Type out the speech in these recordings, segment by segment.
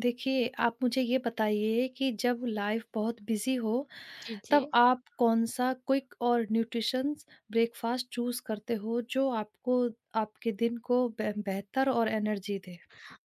देखिए, आप मुझे ये बताइए कि जब लाइफ़ बहुत बिज़ी हो, जी, जी। तब आप कौन-सा क्विक और न्यूट्रिशंस ब्रेकफ़ास्ट चूज़ करते हो, जो आपको आपके दिन को बे बेहतर और एनर्जी दे?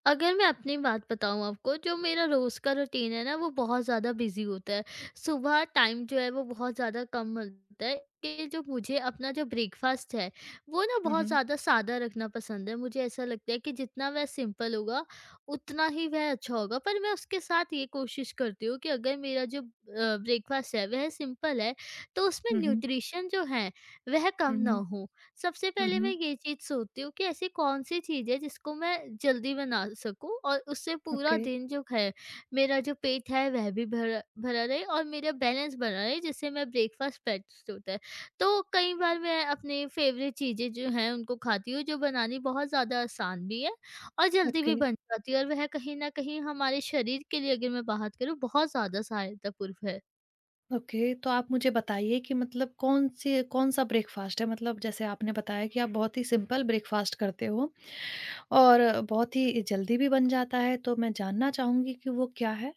अगर मैं अपनी बात बताऊँ आपको जो मेरा रोज़ का रूटीन है ना, वो बहुत ज़्यादा बिज़ी होता है। सुबह टाइम जो है वो बहुत ज़्यादा कम मिलता है कि जो मुझे अपना जो ब्रेकफ़ास्ट है वो ना हुँ, बहुत हुँ। ज़्यादा सादा रखना पसंद है। मुझे ऐसा लगता है कि जितना वह सिंपल होगा उतना ही वह अच्छा होगा। पर मैं उसके साथ ये कोशिश करती हूँ कि अगर मेरा जो ब्रेकफ़ास्ट है वह सिंपल है, तो उसमें हुँ, हुँ। न्यूट्रिशन जो है वह कम हुँ, ना हुँ। हो। सबसे हुँ, पहले मैं हुँ। ये चीज़ सोचती हूँ कि ऐसी कौन सी चीज़ है जिसको मैं जल्दी बना सकूँ और उससे पूरा ओके, दिन जो है, मेरा जो पेट है वह भी भरा भरा रहे और मेरा बैलेंस बना रहे, जिससे मैं ब्रेकफास्ट बेस्ट होता है। तो कई बार मैं अपनी फ़ेवरेट चीज़ें जो हैं उनको खाती हूँ, जो बनानी बहुत ज़्यादा आसान भी है और जल्दी भी ओके, बन जाती है, और वह कहीं न कहीं हमारे शरीर के लिए, अगर मैं बात करूँ, बहुत ज़्यादा सहायतापूर्व है। ओके। तो आप मुझे बताइए कि मतलब कौन-सा ब्रेकफ़ास्ट है? मतलब जैसे आपने बताया कि आप बहुत ही सिंपल ब्रेकफ़ास्ट करते हो और बहुत ही जल्दी भी बन जाता है, तो मैं जानना चाहूँगी कि वो क्या है?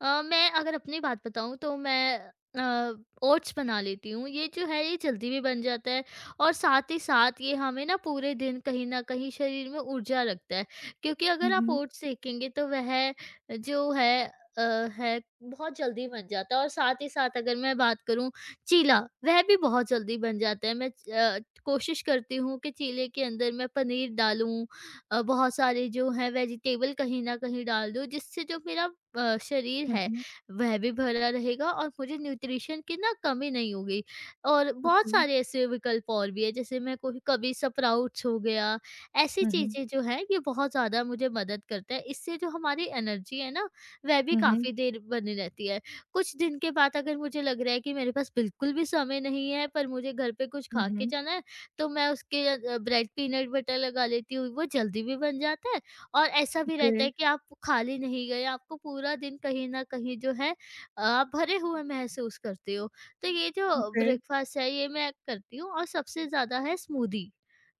मैं अगर अपनी बात बताऊँ, तो मैं अ, ओट्स बना लेती हूँ। ये जो है ये जल्दी भी बन जाता है, और साथ ही साथ ये हमें ना पूरे दिन कहीं न कहीं शरीर में ऊर्जा रखता है। क्योंकि हुँ, अगर आप हुँ। ओट्स सेकेंगे तो वह जो है अ, बहुत जल्दी बन जाता है। और साथ ही साथ अगर मैं बात करूँ चीला, वह भी बहुत जल्दी बन जाता है। मैं कोशिश करती हूँ कि चीले के अंदर मैं पनीर डालूँ, बहुत सारे जो हैं वेजिटेबल कहीं न कहीं डाल दूँ, जिससे जो मेरा शरीर हुँ, है हुँ। वह भी भरा रहेगा और मुझे न्यूट्रिशन की ना कमी नहीं होगी। और बहुत ओके। सारे ऐसे विकल्प और भी हैं, जैसे मैं कोई कभी स्प्राउट्स हो गया, ऐसी हुँ, हुँ। चीज़ें जो हैं ये बहुत ज़्यादा मुझे मदद करता है। इससे जो हमारी एनर्जी है ना, वह भी हुँ, हुँ। काफ़ी देर बनी रहती है। कुछ दिन के बाद अगर मुझे लग रहा है कि मेरे पास बिल्कुल भी समय नहीं है, पर मुझे घर पे कुछ हुँ, खा के हुँ। जाना है, तो मैं उसके ब्रेड पीनट बटर लगा लेती हूँ, वो जल्दी भी बन जाता है और ऐसा भी ओके, रहता है कि आप खाली नहीं गए, आपको पूरा दिन कहीं न कहीं जो है भरे हुए महसूस करते हो। तो ये जो ओके। ब्रेकफ़ास्ट है, ये मैं करती हूँ, और सबसे ज़्यादा है स्मूदी,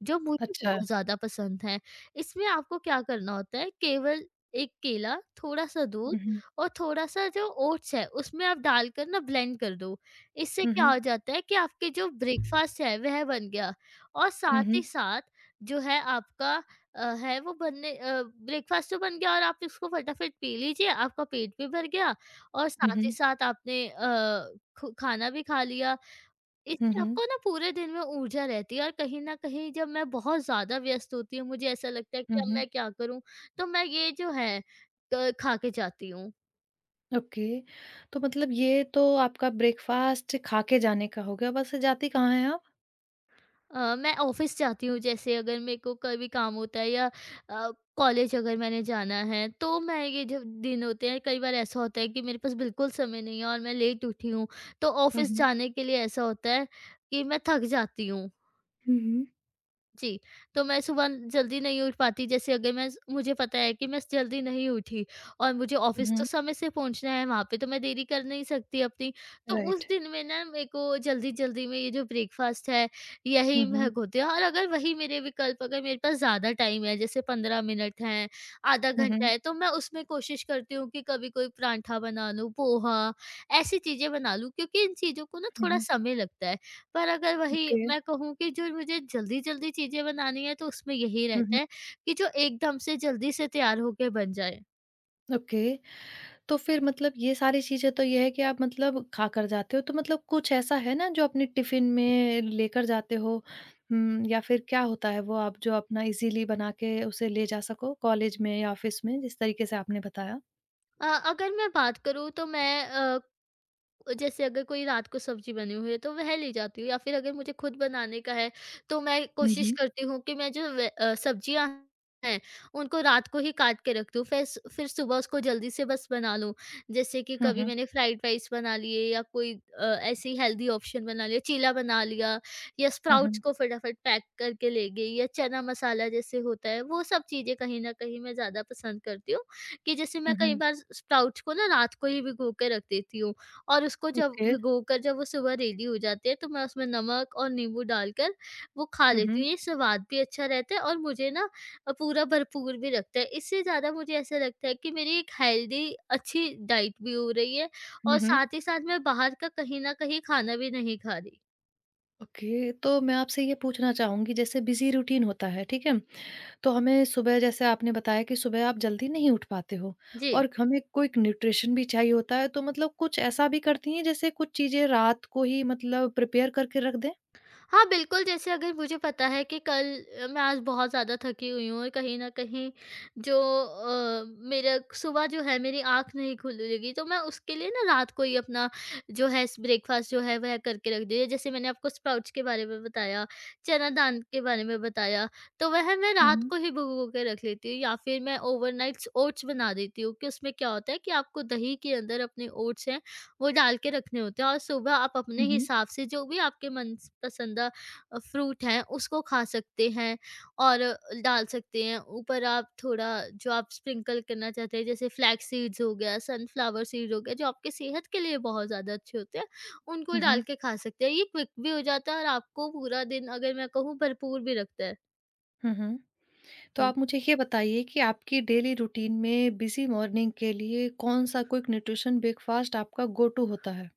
जो मुझे अच्छा। बहुत ज़्यादा पसंद है। इसमें आपको क्या करना होता है, केवल 1 केला, थोड़ा-सा दूध हुँ, हुँ। और थोड़ा-सा जो ओट्स है, उसमें आप डालकर ना ब्लेंड कर दो। इससे हुँ, क्या हुँ। हो जाता है कि आपके जो ब्रेकफ़ास्ट है, वह बन गया, और हुँ, साथ ही हुँ। साथ जो है आपका अ, है वो बनने अ, ब्रेकफास्ट तो बन गया, और आप इसको फटाफट पी लीजिए, आपका पेट भी भर गया और हुँ, साथ ही हुँ। साथ आपने अ, खु खाना भी खा लिया। हुँ, इससे हुँ। आपको ना पूरे दिन में ऊर्जा रहती है, और कहीं न कहीं जब मैं बहुत ज़्यादा व्यस्त होती हूँ, मुझे ऐसा लगता है कि हुँ, अब हुँ। मैं क्या करूँ? तो मैं ये जो है, क खा के जाती हूँ। ओके। तो मतलब ये तो आपका ब्रेकफ़ास्ट खा के जाने का हो गया, वैसे जाती कहाँ हैं आप? मैं ऑफिस जाती हूँ, जैसे अगर मेरे को कभी काम होता है, या अ, कॉलेज अगर मैंने जाना है। तो मैं ये, जब दिन होते हैं कई बार ऐसा होता है कि मेरे पास बिल्कुल समय नहीं है और मैं लेट उठी हूँ, तो हुँ, ऑफिस हुँ। जाने के लिए ऐसा होता है कि मैं थक जाती हूँ, हुँ, हुँ। जी। तो मैं सुबह जल्दी नहीं उठ पाती। जैसे अगर मैं मुझे पता है कि मैं जल्दी नहीं उठी, और मुझे ऑफ़िस तो हुँ, समय से पहुँचना है वहाँ पे, तो मैं देरी कर नहीं सकती अपनी। तो उस राइट। दिन में ना मेरे को जल्दी-जल्दी में ये जो ब्रेकफ़ास्ट है, यही हुँ, हुँ। महक होते हैं। और अगर वही मेरे विकल्प, अगर मेरे पास ज़्यादा टाइम है, जैसे 15 मिनट हैं, आधा हुँ, घंटा हुँ। है, तो मैं उसमें कोशिश करती हूँ कि कभी कोई पराठा बना लूँ, पोहा, ऐसी चीज़ें बना लूँ, क्योंकि इन चीज़ों को ना हुँ, थोड़ा हुँ। समय लगता है। पर अगर वही ओके। मैं कहूँ कि जो मुझे जल्दी-जल्दी चीज़ें बनानी है, तो उसमें यही हुँ, रहता हुँ। है कि जो एकदम से जल्दी से तैयार होके बन जाए। ओके। तो फिर मतलब ये सारी चीज़ें तो ये है कि आप मतलब खाकर जाते हो, तो मतलब कुछ ऐसा है ना जो अपने टिफ़िन में लेकर जाते हो? हुँ, या फिर क्या होता है वो आप जो अपना इज़िली बना के उसे ले जा सको कॉलेज में या ऑफ़िस में जिस तरीके से आपने बताया? अगर मैं बात करूँ, तो मैं अ, जैसे, अगर कोई रात को सब्जी बनी हुई है तो वह ले जाती हूँ, या फिर अगर मुझे खुद बनाने का है, तो मैं हुँ, कोशिश हुँ। करती हूँ कि मैं जो सब्जियाँ हैं उनको रात को ही काट के रख दूँ, फिर फिर सुबह उसको जल्दी से बस बना लूँ। जैसे कि हुँ, कभी हुँ। मैंने फ्राइड राइस बना लिए, या कोई ऐसी हेल्दी ऑप्शन बना लिया, चीला बना लिया, या हुँ, स्प्राउट्स हुँ। को फटाफट पैक करके ले गई, या चना मसाला जैसे होता है, वो सब चीज़ें कहीं ना कहीं मैं ज़्यादा पसंद करती हूँ। कि जैसे मैं हुँ, कई हुँ। बार स्प्राउट्स को ना रात को ही भिगो के रख देती हूँ, और उसको जब ओके। भिगोकर जब वो सुबह रेडी हो जाती है, तो मैं उसमें नमक और नींबू डालकर वो खा हुँ, लेती हुँ। हूँ। ये स्वाद भी अच्छा रहता है, और मुझे ना पूरा भरपूर भी रखता है। इससे ज़्यादा मुझे ऐसा लगता है कि मेरी एक हेल्दी अच्छी डाइट भी हो रही है, और हुँ, हुँ। साथ ही साथ मैं बाहर का कहीं न कहीं खाना भी नहीं खा रही। ओके, तो मैं आपसे ये पूछना चाहूँगी जैसे बिज़ी रूटीन होता है, ठीक है? तो हमें सुबह जैसे आपने बताया कि सुबह आप जल्दी नहीं उठ पाते हो जी। और हमें क्विक न्यूट्रिशन भी चाहिए होता है तो मतलब कुछ ऐसा भी करती हैं जैसे कुछ चीजें रात को ही मतलब प्रिपेयर करके रख दें? हाँ, बिल्कुल, जैसे अगर मुझे पता है कि कल, मैं आज बहुत ज़्यादा थकी हुई हूँ और कहीं न कहीं जो अ, मेरा सुबह जो है मेरी आँख नहीं खुलेगी, तो मैं उसके लिए ना रात को ही अपना जो है स ब्रेकफ़ास्ट जो है वह करके रख दिया। जैसे मैंने आपको स्प्राउट्स के बारे में बताया, चना दाल के बारे में बताया, तो वह मैं रात हुँ, को ही भिगो के रख लेती हूँ। या फिर मैं ओवरनाइट्स ओट्स बना देती हूँ कि उसमें क्या होता है कि आपको दही के अंदर अपने ओट्स हैं वो डाल के रखने होते हैं, और सुबह आप अपने हुँ, हिसाब से जो भी आपके मनपसंदा फ्रूट हैं उसको खा सकते हैं और डाल सकते हैं। ऊपर आप थोड़ा जो आप स्प्रिंकल करना चाहते हैं, जैसे फ्लैक्स सीड्स हो गया, सनफ्लावर सीड्स हो गया, जो आपकी सेहत के लिए बहुत ज़्यादा अच्छे होते हैं, उनको डाल हुँ, के खा सकते हैं। ये क्विक भी हो जाता है, और आपको पूरा दिन, अगर मैं कहूँ, भरपूर भी रखता है। हुँ, हुँ। तो आप मुझे ये बताइए कि आपकी डेली रूटीन में बिज़ी मॉर्निंग के लिए कौन-सा क्विक न्यूट्रिशन ब्रेकफास्ट आपका गो टू होता है?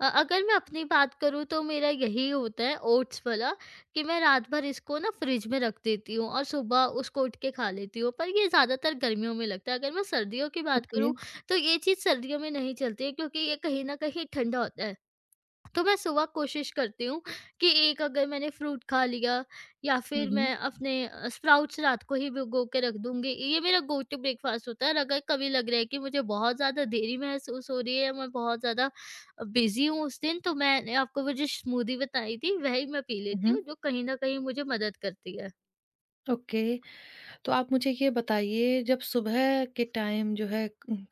अगर मैं अपनी बात करूँ, तो मेरा यही होता है ओट्स वाला, कि मैं रात भर इसको ना फ्रिज में रख देती हूँ और सुबह उसको उठ के खा लेती हूँ। पर ये ज़्यादातर गर्मियों में लगता है। अगर मैं सर्दियों की बात ओके। करूँ, तो ये चीज़ सर्दियों में नहीं चलती है, क्योंकि ये कहीं ना कहीं ठंडा होता है। तो मैं सुबह कोशिश करती हूँ कि एक, अगर मैंने फ्रूट खा लिया, या हुँ, फिर हुँ। मैं अपने स्प्राउट्स रात को ही भिगो के रख दूंगी, ये मेरा गो टू ब्रेकफास्ट होता है। और अगर कभी लग रहा है कि मुझे बहुत ज़्यादा देरी महसूस हो रही है, या मैं बहुत ज़्यादा बिजी हूँ उस दिन, तो मैंने आपको वो जो स्मूदी बताई थी, वही मैं पी हुँ, लेती हूँ, हुँ। जो कहीं ना कहीं मुझे मदद करती है। ओके। तो आप मुझे ये बताइए जब सुबह के टाइम जो है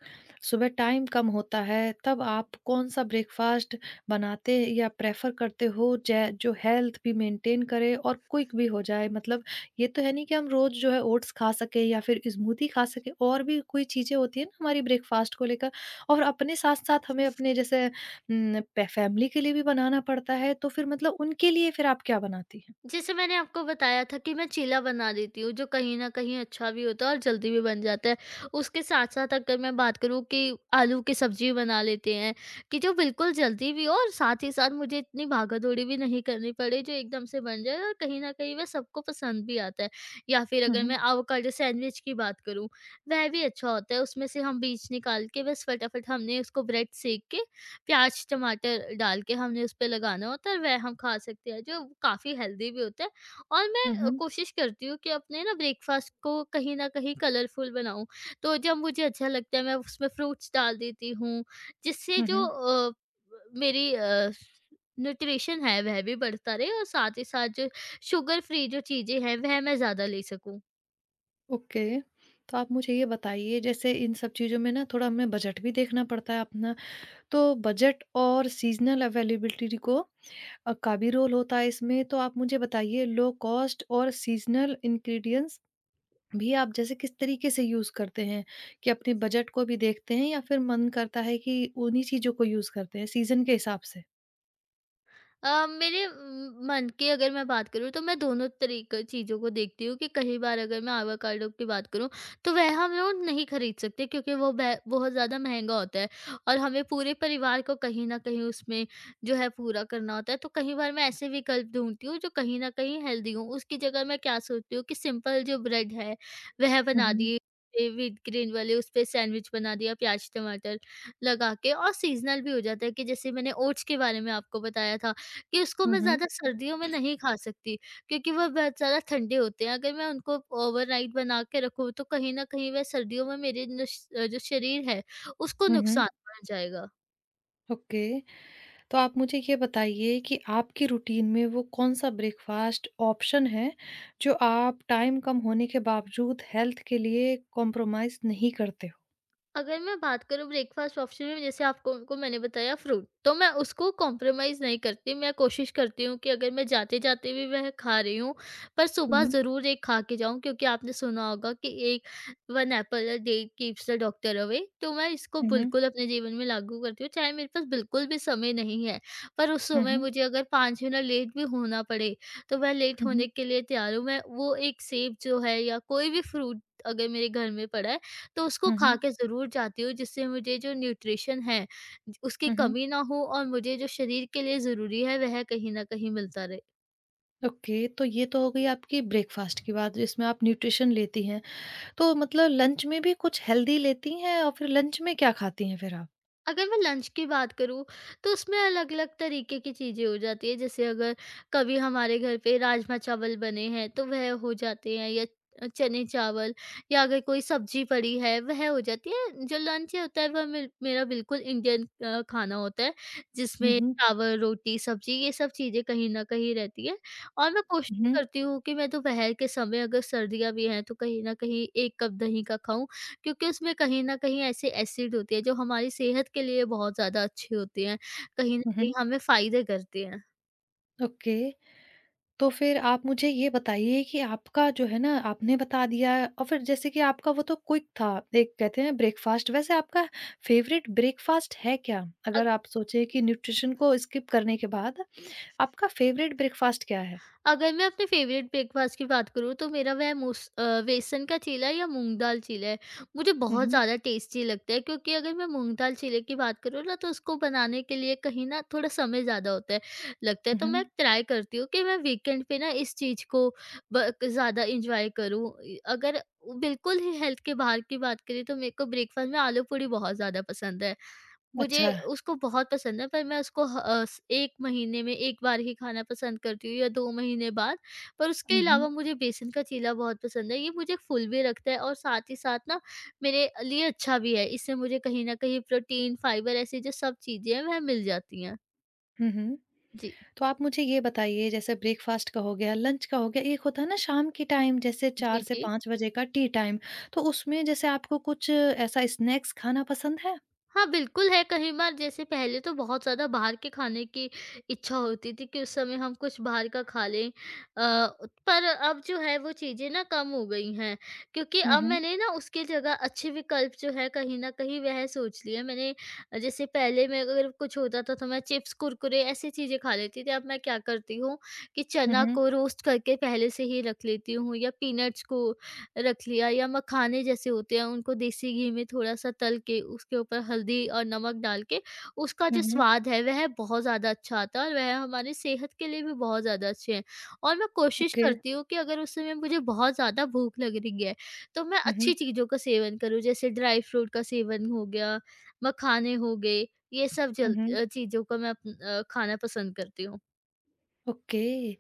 सुबह टाइम कम होता है तब आप कौन-सा ब्रेकफ़ास्ट बनाते या प्रेफ़र करते हो जै जो हेल्थ भी मेंटेन करे और क्विक भी हो जाए? मतलब ये तो है नहीं कि हम रोज़ जो है ओट्स खा सकें या फिर स्मूदी खा सकें और भी कोई चीज़ें होती हैं ना हमारी ब्रेकफ़ास्ट को लेकर और अपने साथ-साथ हमें अपने जैसे प फ़ैमिली के लिए भी बनाना पड़ता है तो फिर मतलब उनके लिए फिर आप क्या बनाती हैं? जैसे मैंने आपको बताया था कि मैं चीला बना देती हूँ, जो कहीं न कहीं अच्छा भी होता है और जल्दी भी बन जाता है। उसके साथ-साथ अगर मैं बात करूँ कि आलू की सब्ज़ी बना लेते हैं, कि जो बिल्कुल जल्दी भी हो और साथ ही साथ मुझे इतनी भागा-दौड़ी भी नहीं करनी पड़े, जो एकदम से बन जाए, और कहीं न कहीं वह सबको पसंद भी आता है। या फिर हुँ, अगर हुँ। मैं एवोकाडो सैंडविच की बात करूँ, वह भी अच्छा होता है। उसमें से हम बीज निकाल के, बस फटाफट हमने उसको ब्रेड सेंक के, प्याज़, टमाटर डाल के हमने उसपे लगाना होता है, वह हम खा सकते हैं, जो काफ़ी हेल्दी भी होता है। और मैं हुँ, हुँ। कोशिश करती हूँ कि अपने ना ब्रेकफ़ास्ट को कहीं न कहीं कलरफुल बनाऊँ। तो जब मुझे अच्छा लगता है, मैं उसमें फ्रूट्स डाल देती हूँ, जिससे हुँ, जो हुँ। मेरी न्यूट्रिशन है, वह भी बढ़ता रहे, और साथ ही साथ जो शुगर फ्री जो चीज़ें हैं, वह मैं ज़्यादा ले सकूँ। ओके। तो आप मुझे ये बताइए जैसे इन सब चीज़ों में ना थोड़ा हमें बजट भी देखना पड़ता है अपना, तो बजट और सीज़नल अवेलेबिलिटी को का भी रोल होता है इसमें। तो आप मुझे बताइए लो कॉस्ट और सीज़नल इंग्रीडिएंट्स भी आप जैसे किस तरीके से यूज़ करते हैं? कि अपने बजट को भी देखते हैं या फिर मन करता है कि उन्हीं चीज़ों को यूज़ करते हैं सीज़न के हिसाब से? मेरे मन की अगर मैं बात करूँ, तो मैं दोनों तरीके चीज़ों को देखती हूँ। कि कई बार अगर मैं आवाकाडो की बात करूँ, तो वह हम लोग नहीं खरीद सकते, क्योंकि वो बहुत ज़्यादा महंगा होता है, और हमें पूरे परिवार को कहीं ना कहीं उसमें जो है पूरा करना होता है। तो कई बार मैं ऐसे विकल्प ढूंढती हूँ जो कहीं ना कहीं हेल्दी हूँ। उसकी जगह मैं क्या सोचती हूँ कि सिंपल जो ब्रेड है वह हुँ, बना हुँ। दिए, विद ग्रीन वाले उस पे सैंडविच बना दिया, प्याज टमाटर लगा के। और सीजनल भी हो जाता है कि जैसे मैंने ओट्स के बारे में आपको बताया था कि उसको हुँ, मैं हुँ। ज़्यादा सर्दियों में नहीं खा सकती, क्योंकि वह बहुत ज़्यादा ठंडे होते हैं। अगर मैं उनको ओवरनाइट बना के रखूँ, तो कहीं न कहीं वह सर्दियों में मेरे जो शरीर है, उसको हुँ, हुँ। नुकसान पहुँच जाएगा। ओके। तो आप मुझे ये बताइए कि आपकी रूटीन में वो कौन-सा ब्रेकफ़ास्ट ऑप्शन है, जो आप टाइम कम होने के बावजूद हेल्थ के लिए कॉम्प्रोमाइज़ नहीं करते हो? अगर मैं बात करूँ ब्रेकफ़ास्ट ऑप्शन में, जैसे आपको को मैंने बताया फ्रूट, तो मैं उसको कॉम्प्रोमाइज़ नहीं करती। मैं कोशिश करती हूँ कि अगर मैं जाते-जाते भी वह खा रही हूँ, पर सुबह हुँ, ज़रूर एक खा के जाऊँ, क्योंकि आपने सुना होगा कि एक one apple a day keeps the doctor away. तो मैं इसको हुँ, हुँ, बिल्कुल अपने जीवन में लागू करती हूँ, चाहे मेरे पास बिल्कुल भी समय नहीं है, पर उस हुँ, समय हुँ, मुझे अगर 5 मिनट लेट भी होना पड़े, तो मैं लेट हुँ, हुँ, होने के लिए तैयार हूँ। मैं वो एक सेब जो है या कोई भी फ्रूट, अगर मेरे घर में पड़ा है, तो उसको हुँ, खा हुँ, के ज़रूर जाती हूँ, जिससे मुझे जो न्यूट्रिशन है, उसकी हुँ, हुँ। कमी ना हो और मुझे जो शरीर के लिए ज़रूरी है, वह कहीं न कहीं मिलता रहे। ओके, तो ये तो हो गई आपकी ब्रेकफ़ास्ट की बात जिसमें आप न्यूट्रिशन लेती हैं। तो मतलब लंच में भी कुछ हेल्दी लेती हैं और फिर लंच में क्या खाती हैं फिर आप? अगर मैं लंच की बात करूँ, तो उसमें अलग-अलग तरीके की चीज़ें हो जाती हैं। जैसे अगर कभी हमारे घर पे राजमा-चावल बने हैं, तो वह हो जाते हैं, या चने-चावल, या अगर कोई सब्ज़ी पड़ी है, वह हो जाती है। जो लंच होता है, वह मे मेरा बिल्कुल इंडियन खाना होता है, हुँ, जिसमें हुँ, चावल, रोटी, सब्ज़ी, ये सब चीज़ें कहीं न कहीं रहती हैं। और मैं कोशिश हुँ, करती हूँ कि मैं दोपहर के समय, अगर सर्दियाँ भी हैं, तो कहीं न कहीं 1 कप दही का खाऊँ, क्योंकि उसमें कहीं न कहीं ऐसे एसिड होते हैं जो हमारी सेहत के लिए बहुत ज़्यादा अच्छे होते हैं, कहीं न हुँ, हुँ, कहीं हुँ। हमें फ़ायदे करते हैं। ओके। तो फिर आप मुझे ये बताइए कि आपका जो है ना आपने बता दिया और फिर जैसे कि आपका वो तो क्विक था एक कहते हैं ब्रेकफास्ट वैसे आपका फेवरेट ब्रेकफास्ट है क्या? अगर आप सोचे कि न्यूट्रिशन को स्किप करने के बाद आपका फेवरेट ब्रेकफास्ट क्या है? अगर मैं अपने फ़ेवरेट ब्रेकफ़ास्ट की बात करूँ, तो मेरा वह बेसन का चीला या मूँग दाल चीला है। मुझे हुँ, बहुत हुँ। ज़्यादा टेस्टी लगता है, क्योंकि अगर मैं मूँग दाल चीले की बात करूँ ना, तो उसको बनाने के लिए कहीं न थोड़ा समय ज़्यादा होता है, लगता है हुँ, तो मैं हुँ। ट्राई करती हूँ कि मैं वीकेंड पे ना इस चीज़ को ब ज़्यादा एन्जॉय करूँ। इ अगर बिल्कुल ही हेल्थ के बाहर की बात करें, तो मेरे को ब्रेकफ़ास्ट में आलू पूड़ी बहुत ज़्यादा पसंद है। मुझे अच्छा। उसको बहुत पसंद है, पर मैं उसको ह अ, स 1 महीने में 1 बार ही खाना पसंद करती हूँ, या 2 महीने बाद। पर उसके हुँ, हुँ। अलावा मुझे बेसन का चीला बहुत पसंद है, ये मुझे फुल भी रखता है और साथ ही साथ ना मेरे लिए अच्छा भी है। इससे मुझे कहीं न कहीं प्रोटीन, फाइबर, ऐसी जो सब चीज़ें हैं वह मिल जाती हैं। हुँ, हुँ। जी। तो आप मुझे ये बताइए जैसे ब्रेकफास्ट का हो गया, लंच का हो गया, एक होता है ना शाम के टाइम जैसे जी, 4 से जी। 5 बजे का टी टाइम तो उसमें जैसे आपको कुछ ऐसा स्नैक्स खाना पसंद है? हाँ, बिल्कुल है, कई बार जैसे पहले तो बहुत ज़्यादा बाहर के खाने की इच्छा होती थी कि उस समय हम कुछ बाहर का खा लें। पर अब जो है, वो चीज़ें ना कम हो गई हैं, क्योंकि हुँ, अब हुँ। मैंने ना उसकी जगह अच्छे विकल्प जो है, कहीं न कहीं वह सोच लिए हैं। मैंने जैसे पहले मैं, अगर कुछ होता था तो मैं चिप्स, कुरकुरे ऐसी चीज़ें खा लेती थी। अब मैं क्या करती हूँ कि हुँ, चना हुँ। को रोस्ट करके पहले से ही रख लेती हूँ, या पीनट्स को रख लिया, या मखाने जैसे होते हैं, उनको देसी घी में थोड़ा-सा तल के, उसके ऊपर हल्दी और नमक डाल के, उसका हुँ, जो हुँ। स्वाद है वह बहुत ज़्यादा अच्छा आता है, और वह हमारी सेहत के लिए भी बहुत ज़्यादा अच्छे हैं। और मैं कोशिश ओके। करती हूँ कि अगर उस समय मुझे बहुत ज़्यादा भूख लग रही है, तो मैं हुँ, हुँ। अच्छी चीज़ों का सेवन करूँ, जैसे ड्राई फ्रूट का सेवन हो गया, मखाने हो गए, ये सब हुँ, हुँ। चीज़ों का मैं खाना पसंद करती हूँ। ओके।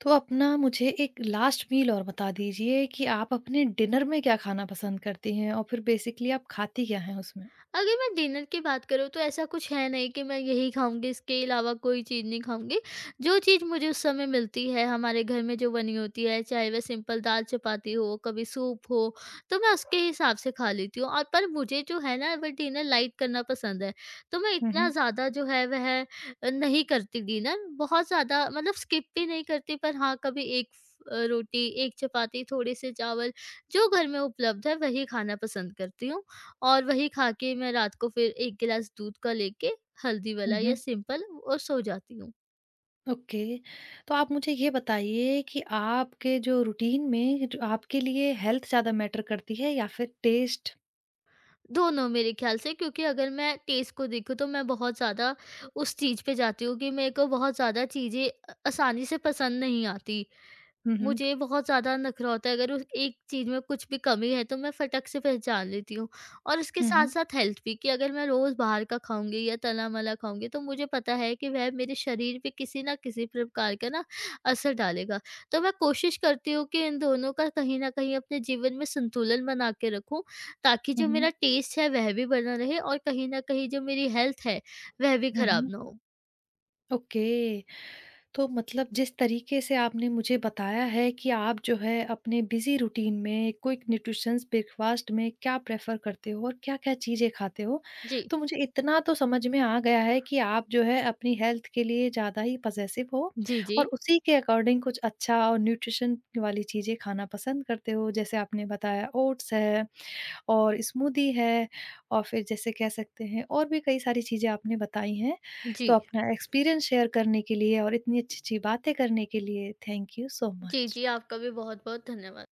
तो अपना मुझे एक लास्ट मील और बता दीजिए कि आप अपने डिनर में क्या खाना पसंद करती हैं और फिर बेसिकली आप खाती क्या हैं उसमें? अगर मैं डिनर की बात करूँ, तो ऐसा कुछ है नहीं कि मैं यही खाऊँगी, इसके अलावा कोई चीज़ नहीं खाऊँगी। जो चीज़ मुझे उस समय मिलती है, हमारे घर में जो बनी होती है, चाहे वह सिंपल दाल-चपाती हो, कभी सूप हो, तो मैं उसके हिसाब से खा लेती हूँ, और पर मुझे जो है ना, वह डिनर लाइट करना पसंद है। तो मैं हुँ, इतना हुँ। ज़्यादा जो है वह नहीं करती, डिनर बहुत ज़्यादा मतलब स्किप भी नहीं करती, पर हाँ, कभी 1 रोटी, 1 चपाती, थोड़े से चावल, जो घर में उपलब्ध है वही खाना पसंद करती हूँ। और वही खा के मैं रात को फिर 1 गिलास दूध का लेके, हल्दी हुँ, वाला या हुँ। सिंपल, और सो जाती हूँ। ओके। तो आप मुझे ये बताइए कि आपके जो रूटीन में जो आपके लिए हेल्थ ज़्यादा मैटर करती है या फिर टेस्ट? दोनों मेरे ख़्याल से, क्योंकि अगर मैं टेस्ट को देखूँ तो मैं बहुत ज़्यादा उस चीज़ पे जाती हूँ कि मेरे को बहुत ज़्यादा चीज़ें आसानी से पसंद नहीं आती। हुँ, हुँ। मुझे बहुत ज़्यादा नखरा होता है, अगर उस एक चीज़ में कुछ भी कमी है तो मैं फटक से पहचान लेती हूँ। और उसके हुँ, हुँ। साथ-साथ हेल्थ भी, कि अगर मैं रोज़ बाहर का खाऊँगी या तला-मला खाऊँगी, तो मुझे पता है कि वह मेरे शरीर पे किसी न किसी प्रकार का ना असर डालेगा। तो मैं कोशिश करती हूँ कि इन दोनों का कहीं न कहीं अपने जीवन में संतुलन बना के रखूँ, ताकि हुँ, जो हुँ। मेरा टेस्ट है वह भी बना रहे, और कहीं न कहीं जो मेरी हेल्थ है वह भी हुँ, खराब हुँ। ना हो। ओके। तो मतलब जिस तरीके से आपने मुझे बताया है कि आप जो है अपने बिजी रूटीन में क्विक न्यूट्रिशंस ब्रेकफास्ट में क्या प्रेफर करते हो और क्या-क्या चीज़ें खाते हो, जी। तो मुझे इतना तो समझ में आ गया है कि आप जो है अपनी हेल्थ के लिए ज़्यादा ही पज़ेसिव हो जी, और जी। उसी के अकॉर्डिंग कुछ अच्छा और न्यूट्रिशन वाली चीज़ें खाना पसंद करते हो। जैसे आपने बताया ओट्स है और स्मूदी है और फिर जैसे कह सकते हैं और भी कई सारी चीज़ें आपने बताई हैं। जी। तो अपना एक्सपीरियंस शेयर करने के लिए और इतनी अच्छी-अच्छी बातें करने के लिए थैंक यू सो जी, मच। जी, आपका भी बहुत-बहुत धन्यवाद।